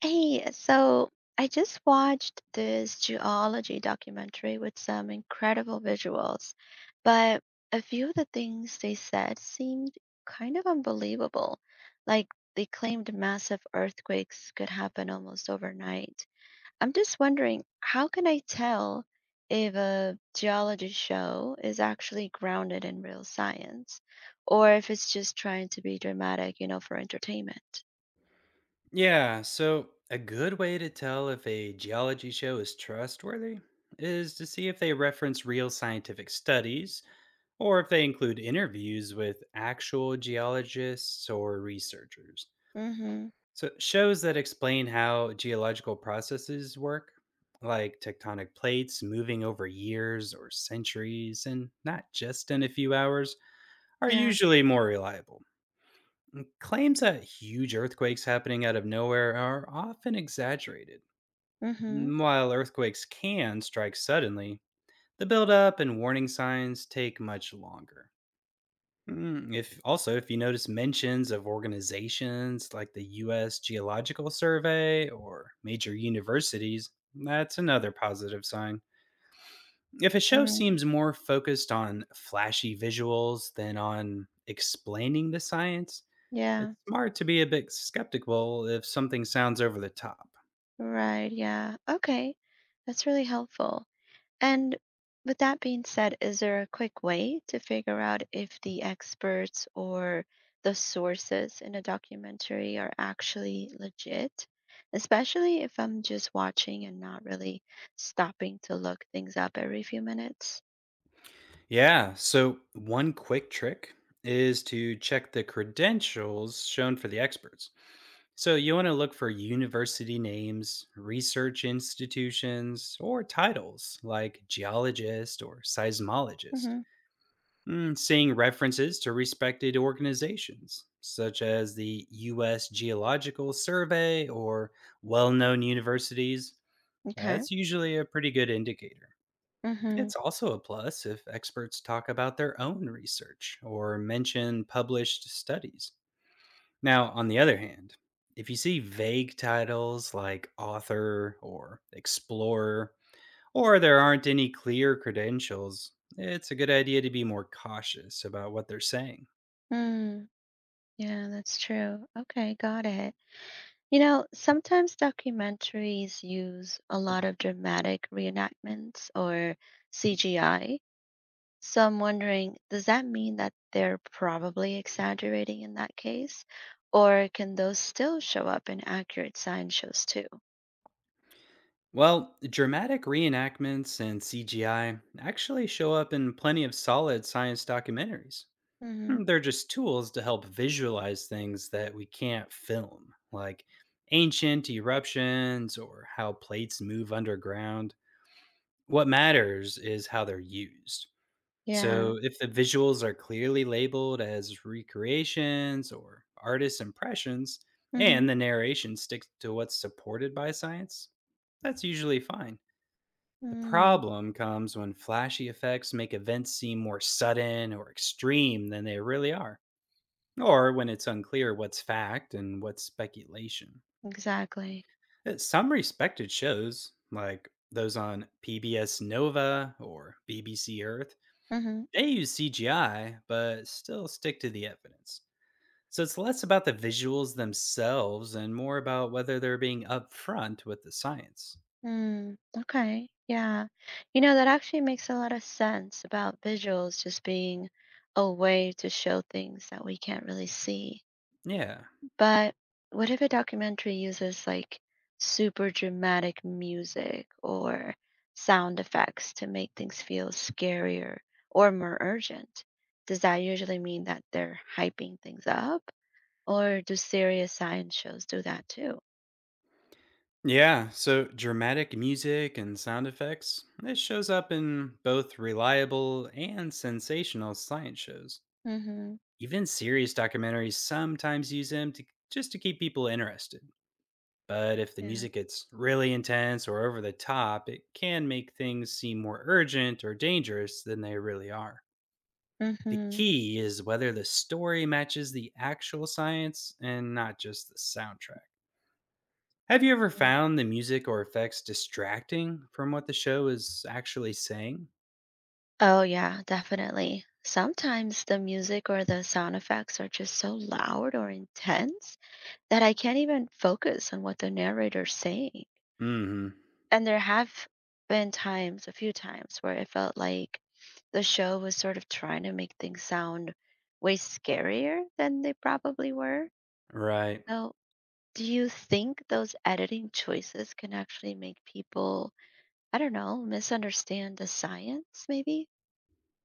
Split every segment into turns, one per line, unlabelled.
Hey, so I just watched this geology documentary with some incredible visuals, but a few of the things they said seemed kind of unbelievable. Like they claimed massive earthquakes could happen almost overnight. I'm just wondering, how can I tell if a geology show is actually grounded in real science or if it's just trying to be dramatic, you know, for entertainment?
Yeah, so a good way to tell if a geology show is trustworthy is to see if they reference real scientific studies or if they include interviews with actual geologists or researchers.
Mm-hmm.
So, shows that explain how geological processes work, like tectonic plates moving over years or centuries and not just in a few hours, are
Yeah.
usually more reliable. Claims that huge earthquakes happening out of nowhere are often exaggerated.
Mm-hmm.
While earthquakes can strike suddenly, the buildup and warning signs take much longer. If you notice mentions of organizations like the U.S. Geological Survey or major universities, that's another positive sign. If a show
Mm,
seems more focused on flashy visuals than on explaining the science, it's
yeah,
smart to be a bit skeptical if something sounds over the top.
right, yeah. Okay, that's really helpful. And with that being said, is there a quick way to figure out if the experts or the sources in a documentary are actually legit? Especially if I'm just watching and not really stopping to look things up every few minutes.
Yeah. So, one quick trick is to check the credentials shown for the experts. So, you want to look for university names, research institutions, or titles like geologist or seismologist.
Mm-hmm.
Seeing references to respected organizations such as the U.S. Geological Survey or well known universities,
Okay.
that's usually a pretty good indicator.
Mm-hmm.
It's also a plus if experts talk about their own research or mention published studies. Now, on the other hand, if you see vague titles like author or explorer, or there aren't any clear credentials, it's a good idea to be more cautious about what they're saying.
Mm, yeah, that's true. Okay, got it. You know, sometimes documentaries use a lot of dramatic reenactments or CGI. So I'm wondering, does that mean that they're probably exaggerating in that case? Or can those still show up in accurate science shows too?
Well, dramatic reenactments and CGI actually show up in plenty of solid science documentaries.
Hmm.
They're just tools to help visualize things that we can't film, like ancient eruptions or how plates move underground. What matters is how they're used.
Yeah.
So, if the visuals are clearly labeled as recreations or artist impressions,
Hmm.
and the narration sticks to what's supported by science, that's usually fine. The
Mm,
problem comes when flashy effects make events seem more sudden or extreme than they really are, or when it's unclear what's fact and what's speculation.
exactly.
Some respected shows, like those on PBS Nova or BBC Earth,
Hmm.
they use CGI but still stick to the evidence. So it's less about the visuals themselves and more about whether they're being upfront with the science.
Mm, okay. Yeah. You know, that actually makes a lot of sense about visuals just being a way to show things that we can't really see.
Yeah.
But what if a documentary uses like super dramatic music or sound effects to make things feel scarier or more urgent? Does that usually mean that they're hyping things up? Or do serious science shows do that too?
Yeah, so dramatic music and sound effects, this shows up in both reliable and sensational science shows.
Mm-hmm.
Even serious documentaries sometimes use them to just to keep people interested. But if the
Yeah.
music gets really intense or over the top, it can make things seem more urgent or dangerous than they really are. The
Mm-hmm.
key is whether the story matches the actual science and not just the soundtrack. Have you ever
Mm.
found the music or effects distracting from what the show is actually saying?
Oh, yeah, definitely. Sometimes the music or the sound effects are just so loud or intense that I can't even focus on what the narrator's saying.
Hmm.
And there have been times, a few times, where it felt like the show was sort of trying to make things sound way scarier than they probably were.
Right.
So, do you think those editing choices can actually make people, I don't know, misunderstand the science, maybe?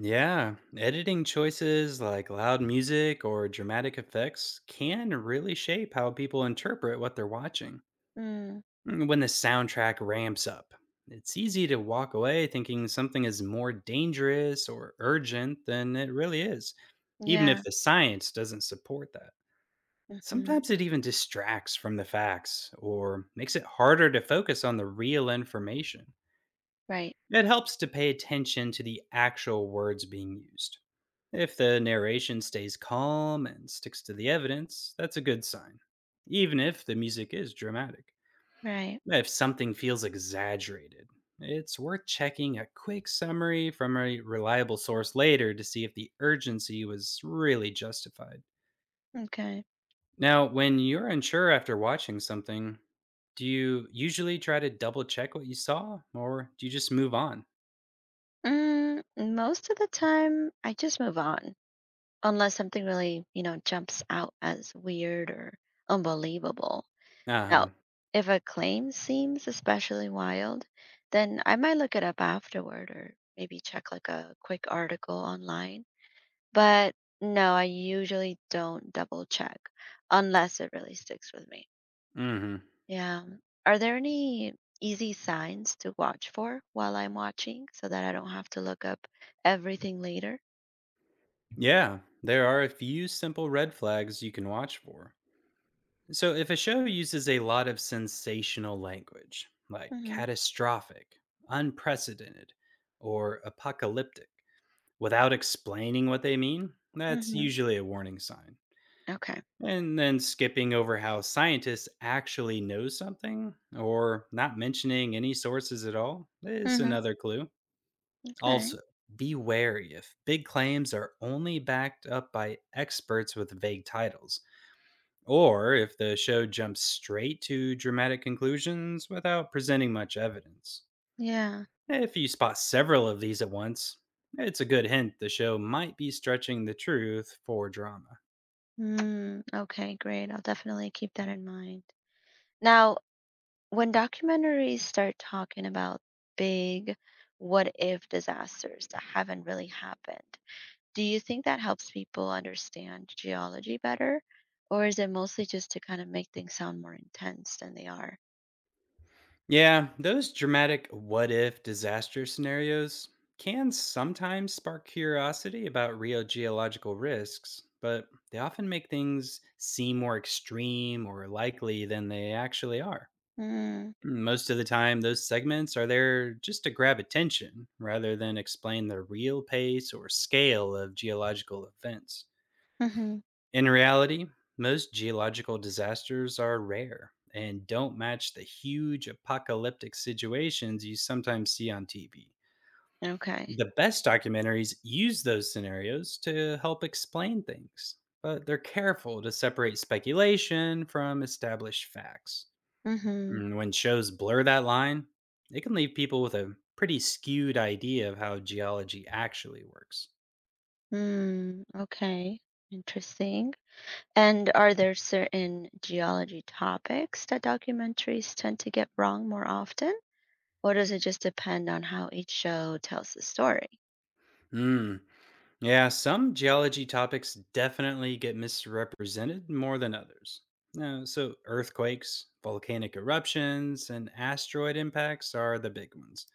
Yeah, editing choices like loud music or dramatic effects can really shape how people interpret what they're watching.
Mm,
When the soundtrack ramps up, it's easy to walk away thinking something is more dangerous or urgent than it really is, even
yeah.
if the science doesn't support that.
Hmm.
Sometimes it even distracts from the facts or makes it harder to focus on the real information.
Right.
It helps to pay attention to the actual words being used. If the narration stays calm and sticks to the evidence, that's a good sign, even if the music is dramatic.
Right.
If something feels exaggerated, it's worth checking a quick summary from a reliable source later to see if the urgency was really justified.
Okay.
Now, when you're unsure after watching something, do you usually try to double check what you saw or do you just move on?
Mm, most of the time, I just move on unless something really, you know, jumps out as weird or unbelievable.
Uh
Now,
huh.
if a claim seems especially wild, then I might look it up afterward or maybe check like a quick article online. But no, I usually don't double check unless it really sticks with me.
Mm hmm.
Yeah. Are there any easy signs to watch for while I'm watching so that I don't have to look up everything later?
Yeah, there are a few simple red flags you can watch for. So, if a show uses a lot of sensational language, like
Mm-hmm.
catastrophic, unprecedented, or apocalyptic, without explaining what they mean, that's
Mm-hmm.
usually a warning sign.
Okay.
And then skipping over how scientists actually know something, or not mentioning any sources at all, is
Mm-hmm.
another clue.
Okay.
Also, be wary if big claims are only backed up by experts with vague titles or if the show jumps straight to dramatic conclusions without presenting much evidence.
Yeah.
If you spot several of these at once, it's a good hint the show might be stretching the truth for drama.
Mm, okay, great. I'll definitely keep that in mind. Now, when documentaries start talking about big what if disasters that haven't really happened, do you think that helps people understand geology better? Or is it mostly just to kind of make things sound more intense than they are?
Yeah, those dramatic what if disaster scenarios can sometimes spark curiosity about real geological risks, but they often make things seem more extreme or likely than they actually are.
Mm.
Most of the time, those segments are there just to grab attention rather than explain the real pace or scale of geological events.
Hmm.
In reality, most geological disasters are rare and don't match the huge apocalyptic situations you sometimes see on TV.
Okay.
The best documentaries use those scenarios to help explain things, but they're careful to separate speculation from established facts.
Mm-hmm.
When shows blur that line, it can leave people with a pretty skewed idea of how geology actually works.
Mm, okay. Interesting. And are there certain geology topics that documentaries tend to get wrong more often? Or does it just depend on how each show tells the story?
Mm, yeah, some geology topics definitely get misrepresented more than others. Earthquakes, volcanic eruptions, and asteroid impacts are the big ones.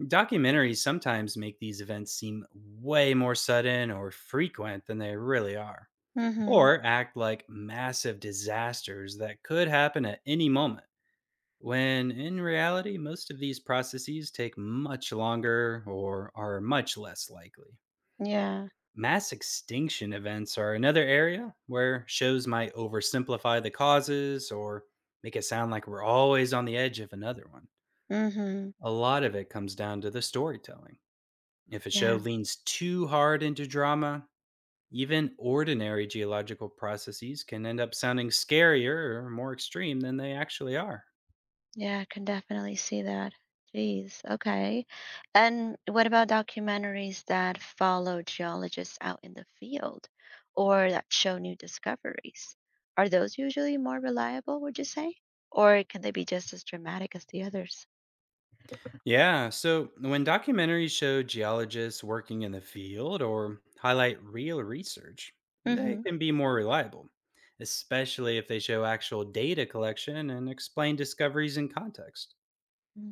Documentaries sometimes make these events seem way more sudden or frequent than they really are,
Mhm.
or act like massive disasters that could happen at any moment. When in reality, most of these processes take much longer or are much less likely.
Yeah.
Mass extinction events are another area where shows might oversimplify the causes or make it sound like we're always on the edge of another one.
Mhm.
A lot of it comes down to the storytelling. If a show
Yeah.
leans too hard into drama, even ordinary geological processes can end up sounding scarier or more extreme than they actually are.
Yeah, I can definitely see that. Jeez. Okay. And what about documentaries that follow geologists out in the field or that show new discoveries? Are those usually more reliable, would you say? Or can they be just as dramatic as the others?
Yeah. So when documentaries show geologists working in the field or highlight real research, they
Mhm.
can be more reliable, especially if they show actual data collection and explain discoveries in context.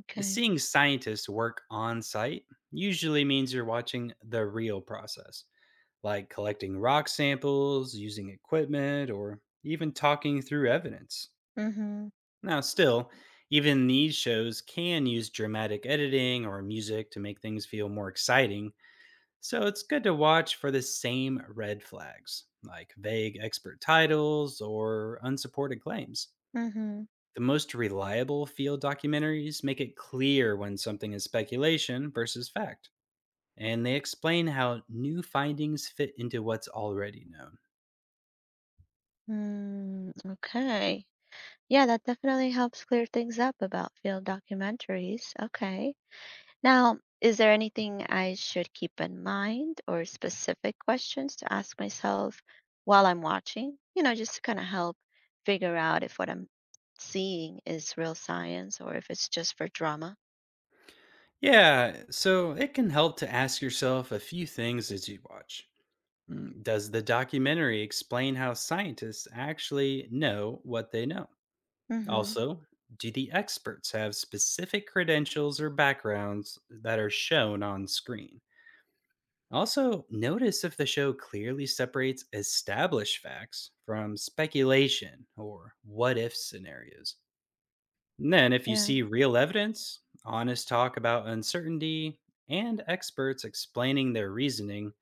Okay.
Seeing scientists work on site usually means you're watching the real process, like collecting rock samples, using equipment, or even talking through evidence.
Mhm.
Now, still, even these shows can use dramatic editing or music to make things feel more exciting, so it's good to watch for the same red flags, like vague expert titles or unsupported claims.
Mhm.
The most reliable field documentaries make it clear when something is speculation versus fact, and they explain how new findings fit into what's already known.
Mm, okay. Yeah, that definitely helps clear things up about field documentaries. Okay. Now, is there anything I should keep in mind or specific questions to ask myself while I'm watching? You know, just to kind of help figure out if what I'm seeing is real science or if it's just for drama.
Yeah, so it can help to ask yourself a few things as you watch. Does the documentary explain how scientists actually know what they know?
Mm-hmm.
Also, do the experts have specific credentials or backgrounds that are shown on screen? Also, notice if the show clearly separates established facts from speculation or what if scenarios. And then, if you
Yeah.
see real evidence, honest talk about uncertainty, and experts explaining their reasoning,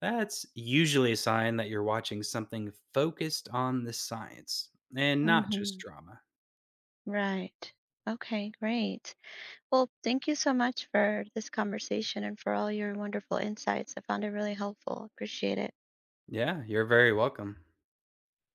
that's usually a sign that you're watching something focused on the science and not just
Mm-hmm.
drama.
Right. Okay, great. Well, thank you so much for this conversation and for all your wonderful insights. I found it really helpful. Appreciate it.
Yeah, you're very welcome.